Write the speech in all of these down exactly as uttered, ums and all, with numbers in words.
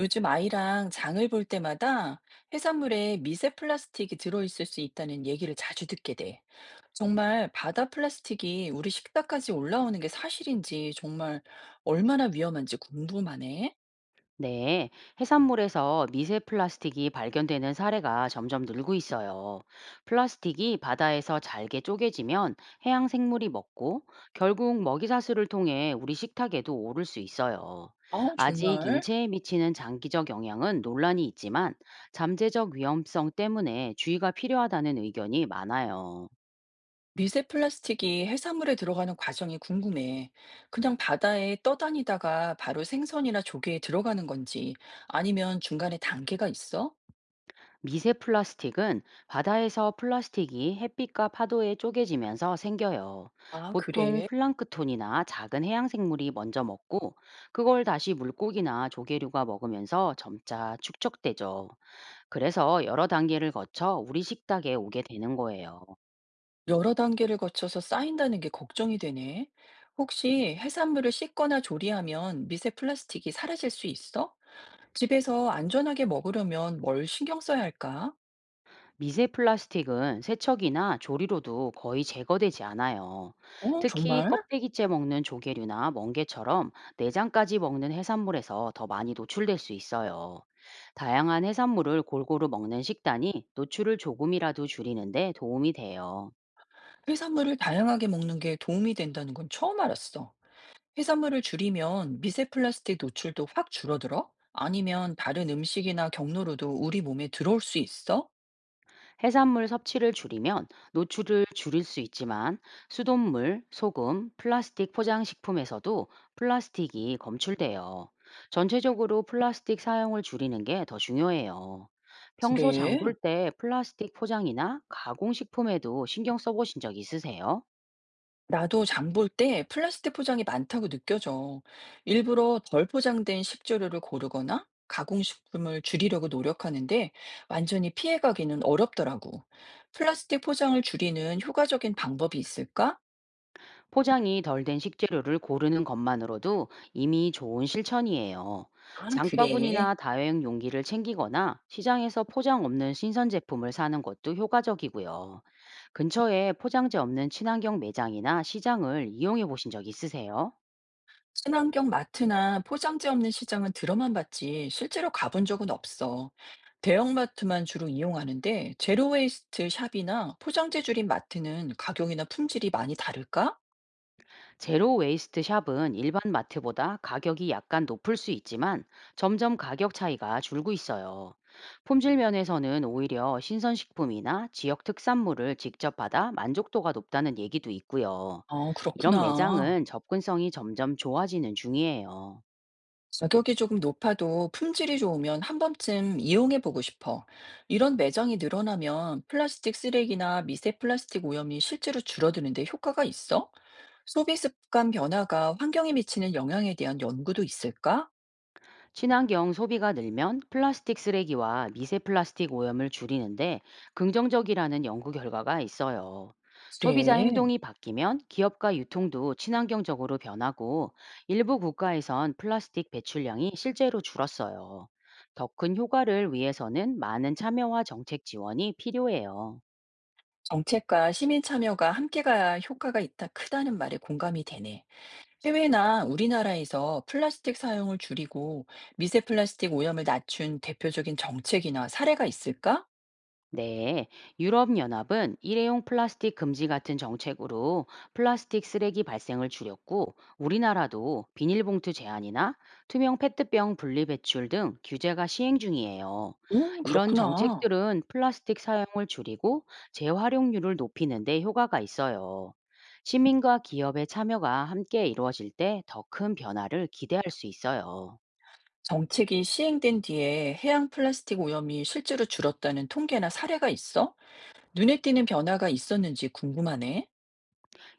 요즘 아이랑 장을 볼 때마다 해산물에 미세 플라스틱이 들어있을 수 있다는 얘기를 자주 듣게 돼. 정말 바다 플라스틱이 우리 식탁까지 올라오는 게 사실인지 정말 얼마나 위험한지 궁금하네. 네, 해산물에서 미세 플라스틱이 발견되는 사례가 점점 늘고 있어요. 플라스틱이 바다에서 잘게 쪼개지면 해양 생물이 먹고 결국 먹이사슬을 통해 우리 식탁에도 오를 수 있어요. 아, 아직 정말? 인체에 미치는 장기적 영향은 논란이 있지만 잠재적 위험성 때문에 주의가 필요하다는 의견이 많아요. 미세 플라스틱이 해산물에 들어가는 과정이 궁금해. 그냥 바다에 떠다니다가 바로 생선이나 조개에 들어가는 건지 아니면 중간에 단계가 있어? 미세 플라스틱은 바다에서 플라스틱이 햇빛과 파도에 쪼개지면서 생겨요. 아, 보통 그래. 플랑크톤이나 작은 해양 생물이 먼저 먹고 그걸 다시 물고기나 조개류가 먹으면서 점차 축적되죠. 그래서 여러 단계를 거쳐 우리 식탁에 오게 되는 거예요. 여러 단계를 거쳐서 쌓인다는 게 걱정이 되네. 혹시 해산물을 씻거나 조리하면 미세 플라스틱이 사라질 수 있어? 집에서 안전하게 먹으려면 뭘 신경 써야 할까? 미세 플라스틱은 세척이나 조리로도 거의 제거되지 않아요. 어, 특히 정말? 껍데기째 먹는 조개류나 멍게처럼 내장까지 먹는 해산물에서 더 많이 노출될 수 있어요. 다양한 해산물을 골고루 먹는 식단이 노출을 조금이라도 줄이는데 도움이 돼요. 해산물을 다양하게 먹는 게 도움이 된다는 건 처음 알았어. 해산물을 줄이면 미세 플라스틱 노출도 확 줄어들어? 아니면 다른 음식이나 경로로도 우리 몸에 들어올 수 있어? 해산물 섭취를 줄이면 노출을 줄일 수 있지만 수돗물, 소금, 플라스틱 포장식품에서도 플라스틱이 검출돼요. 전체적으로 플라스틱 사용을 줄이는 게 더 중요해요. 평소 장 그래. 볼 때 플라스틱 포장이나 가공식품에도 신경 써보신 적 있으세요? 나도 장볼 때 플라스틱 포장이 많다고 느껴져. 일부러 덜 포장된 식재료를 고르거나 가공식품을 줄이려고 노력하는데 완전히 피해가기는 어렵더라고. 플라스틱 포장을 줄이는 효과적인 방법이 있을까? 포장이 덜 된 식재료를 고르는 것만으로도 이미 좋은 실천이에요. 아, 그래. 장바구니나 다회용 용기를 챙기거나 시장에서 포장 없는 신선 제품을 사는 것도 효과적이고요. 근처에 포장재 없는 친환경 매장이나 시장을 이용해 보신 적 있으세요? 친환경 마트나 포장재 없는 시장은 들어만 봤지 실제로 가본 적은 없어. 대형마트만 주로 이용하는데 제로웨이스트 샵이나 포장재 줄인 마트는 가격이나 품질이 많이 다를까? 제로 웨이스트 샵은 일반 마트보다 가격이 약간 높을 수 있지만 점점 가격 차이가 줄고 있어요. 품질 면에서는 오히려 신선식품이나 지역 특산물을 직접 받아 만족도가 높다는 얘기도 있고요. 아, 이런 그렇구나. 매장은 접근성이 점점 좋아지는 중이에요. 가격이 조금 높아도 품질이 좋으면 한 번쯤 이용해 보고 싶어. 이런 매장이 늘어나면 플라스틱 쓰레기나 미세 플라스틱 오염이 실제로 줄어드는데 효과가 있어? 소비 습관 변화가 환경에 미치는 영향에 대한 연구도 있을까? 친환경 소비가 늘면 플라스틱 쓰레기와 미세 플라스틱 오염을 줄이는데 긍정적이라는 연구 결과가 있어요. 소비자 그래. 행동이 바뀌면 기업과 유통도 친환경적으로 변하고 일부 국가에선 플라스틱 배출량이 실제로 줄었어요. 더 큰 효과를 위해서는 많은 참여와 정책 지원이 필요해요. 정책과 시민 참여가 함께 가야 효과가 있다 크다는 말에 공감이 되네. 해외나 우리나라에서 플라스틱 사용을 줄이고 미세 플라스틱 오염을 낮춘 대표적인 정책이나 사례가 있을까? 네, 유럽연합은 일회용 플라스틱 금지 같은 정책으로 플라스틱 쓰레기 발생을 줄였고, 우리나라도 비닐봉투 제한이나 투명 페트병 분리 배출 등 규제가 시행 중이에요. 음, 이런 그렇구나. 정책들은 플라스틱 사용을 줄이고 재활용률을 높이는 데 효과가 있어요. 시민과 기업의 참여가 함께 이루어질 때 더 큰 변화를 기대할 수 있어요. 정책이 시행된 뒤에 해양 플라스틱 오염이 실제로 줄었다는 통계나 사례가 있어? 눈에 띄는 변화가 있었는지 궁금하네.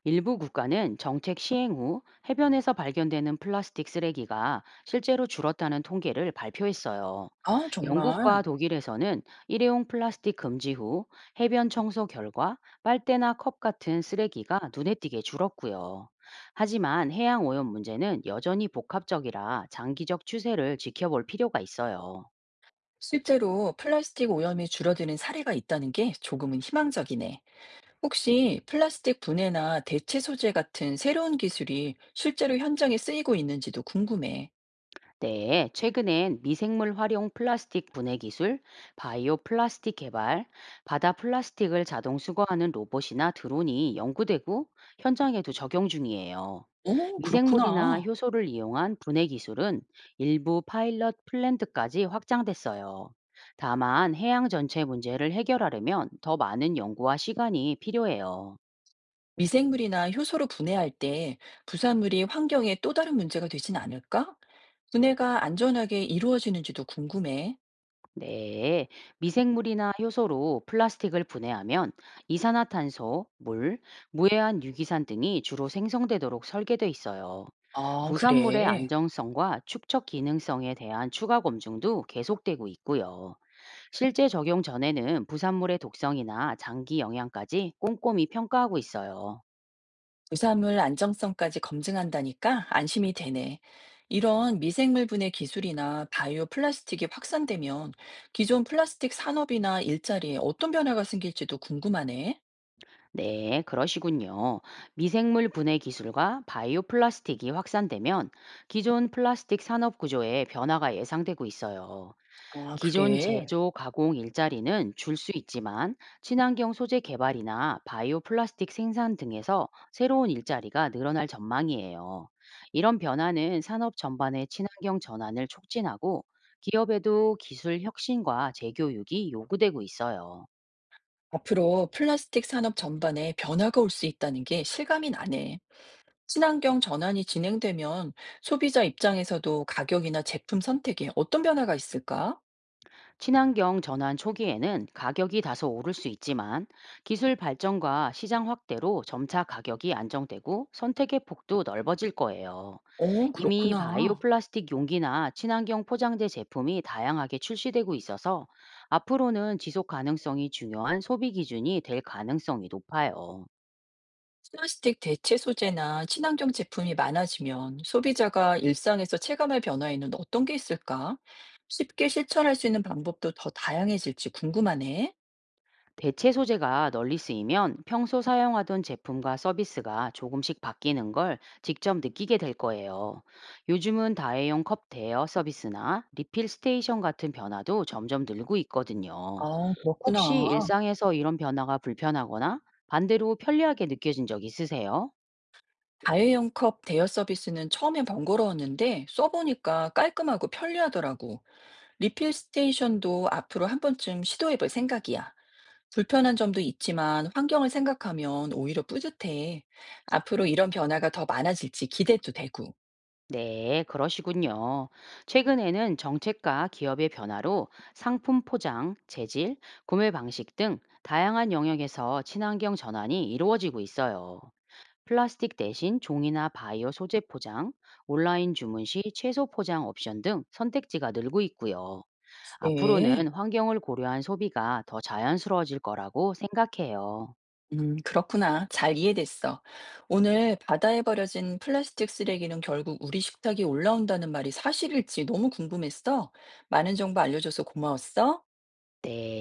일부 국가는 정책 시행 후 해변에서 발견되는 플라스틱 쓰레기가 실제로 줄었다는 통계를 발표했어요. 아, 영국과 정말. 독일에서는 일회용 플라스틱 금지 후 해변 청소 결과 빨대나 컵 같은 쓰레기가 눈에 띄게 줄었고요. 하지만 해양 오염 문제는 여전히 복합적이라 장기적 추세를 지켜볼 필요가 있어요. 실제로 플라스틱 오염이 줄어드는 사례가 있다는 게 조금은 희망적이네. 혹시 플라스틱 분해나 대체 소재 같은 새로운 기술이 실제로 현장에 쓰이고 있는지도 궁금해. 네, 최근엔 미생물 활용 플라스틱 분해 기술, 바이오 플라스틱 개발, 바다 플라스틱을 자동 수거하는 로봇이나 드론이 연구되고 현장에도 적용 중이에요. 오, 미생물이나 그렇구나. 효소를 이용한 분해 기술은 일부 파일럿 플랜트까지 확장됐어요. 다만 해양 전체 문제를 해결하려면 더 많은 연구와 시간이 필요해요. 미생물이나 효소로 분해할 때 부산물이 환경에 또 다른 문제가 되진 않을까? 분해가 안전하게 이루어지는지도 궁금해. 네, 미생물이나 효소로 플라스틱을 분해하면 이산화탄소, 물, 무해한 유기산 등이 주로 생성되도록 설계돼 있어요. 아, 부산물의 그래. 안정성과 축적 기능성에 대한 추가 검증도 계속되고 있고요. 실제 적용 전에는 부산물의 독성이나 장기 영향까지 꼼꼼히 평가하고 있어요. 부산물 안정성까지 검증한다니까 안심이 되네. 이런 미생물 분해 기술이나 바이오 플라스틱이 확산되면 기존 플라스틱 산업이나 일자리에 어떤 변화가 생길지도 궁금하네. 네, 그러시군요. 미생물 분해 기술과 바이오 플라스틱이 확산되면 기존 플라스틱 산업 구조에 변화가 예상되고 있어요. 아, 기존 그래. 제조, 가공 일자리는 줄 수 있지만 친환경 소재 개발이나 바이오 플라스틱 생산 등에서 새로운 일자리가 늘어날 전망이에요. 이런 변화는 산업 전반의 친환경 전환을 촉진하고 기업에도 기술 혁신과 재교육이 요구되고 있어요. 앞으로 플라스틱 산업 전반에 변화가 올 수 있다는 게 실감이 나네. 친환경 전환이 진행되면 소비자 입장에서도 가격이나 제품 선택에 어떤 변화가 있을까? 친환경 전환 초기에는 가격이 다소 오를 수 있지만 기술 발전과 시장 확대로 점차 가격이 안정되고 선택의 폭도 넓어질 거예요. 어, 이미 바이오 그렇구나. 플라스틱 용기나 친환경 포장재 제품이 다양하게 출시되고 있어서 앞으로는 지속 가능성이 중요한 소비 기준이 될 가능성이 높아요. 플라스틱 대체 소재나 친환경 제품이 많아지면 소비자가 일상에서 체감할 변화에는 어떤 게 있을까? 쉽게 실천할 수 있는 방법도 더 다양해질지 궁금하네. 대체 소재가 널리 쓰이면 평소 사용하던 제품과 서비스가 조금씩 바뀌는 걸 직접 느끼게 될 거예요. 요즘은 다회용 컵 대여 서비스나 리필 스테이션 같은 변화도 점점 늘고 있거든요. 아, 그렇구나. 혹시 일상에서 이런 변화가 불편하거나 반대로 편리하게 느껴진 적 있으세요? 다회용 컵 대여 서비스는 처음엔 번거로웠는데 써보니까 깔끔하고 편리하더라고. 리필 스테이션도 앞으로 한 번쯤 시도해볼 생각이야. 불편한 점도 있지만 환경을 생각하면 오히려 뿌듯해. 앞으로 이런 변화가 더 많아질지 기대도 되고. 네, 그러시군요. 최근에는 정책과 기업의 변화로 상품 포장, 재질, 구매 방식 등 다양한 영역에서 친환경 전환이 이루어지고 있어요. 플라스틱 대신 종이나 바이오 소재 포장, 온라인 주문 시 채소 포장 옵션 등 선택지가 늘고 있고요. 네. 앞으로는 환경을 고려한 소비가 더 자연스러워질 거라고 생각해요. 음, 그렇구나. 잘 이해됐어. 오늘 바다에 버려진 플라스틱 쓰레기는 결국 우리 식탁에 올라온다는 말이 사실일지 너무 궁금했어. 많은 정보 알려줘서 고마웠어. 네.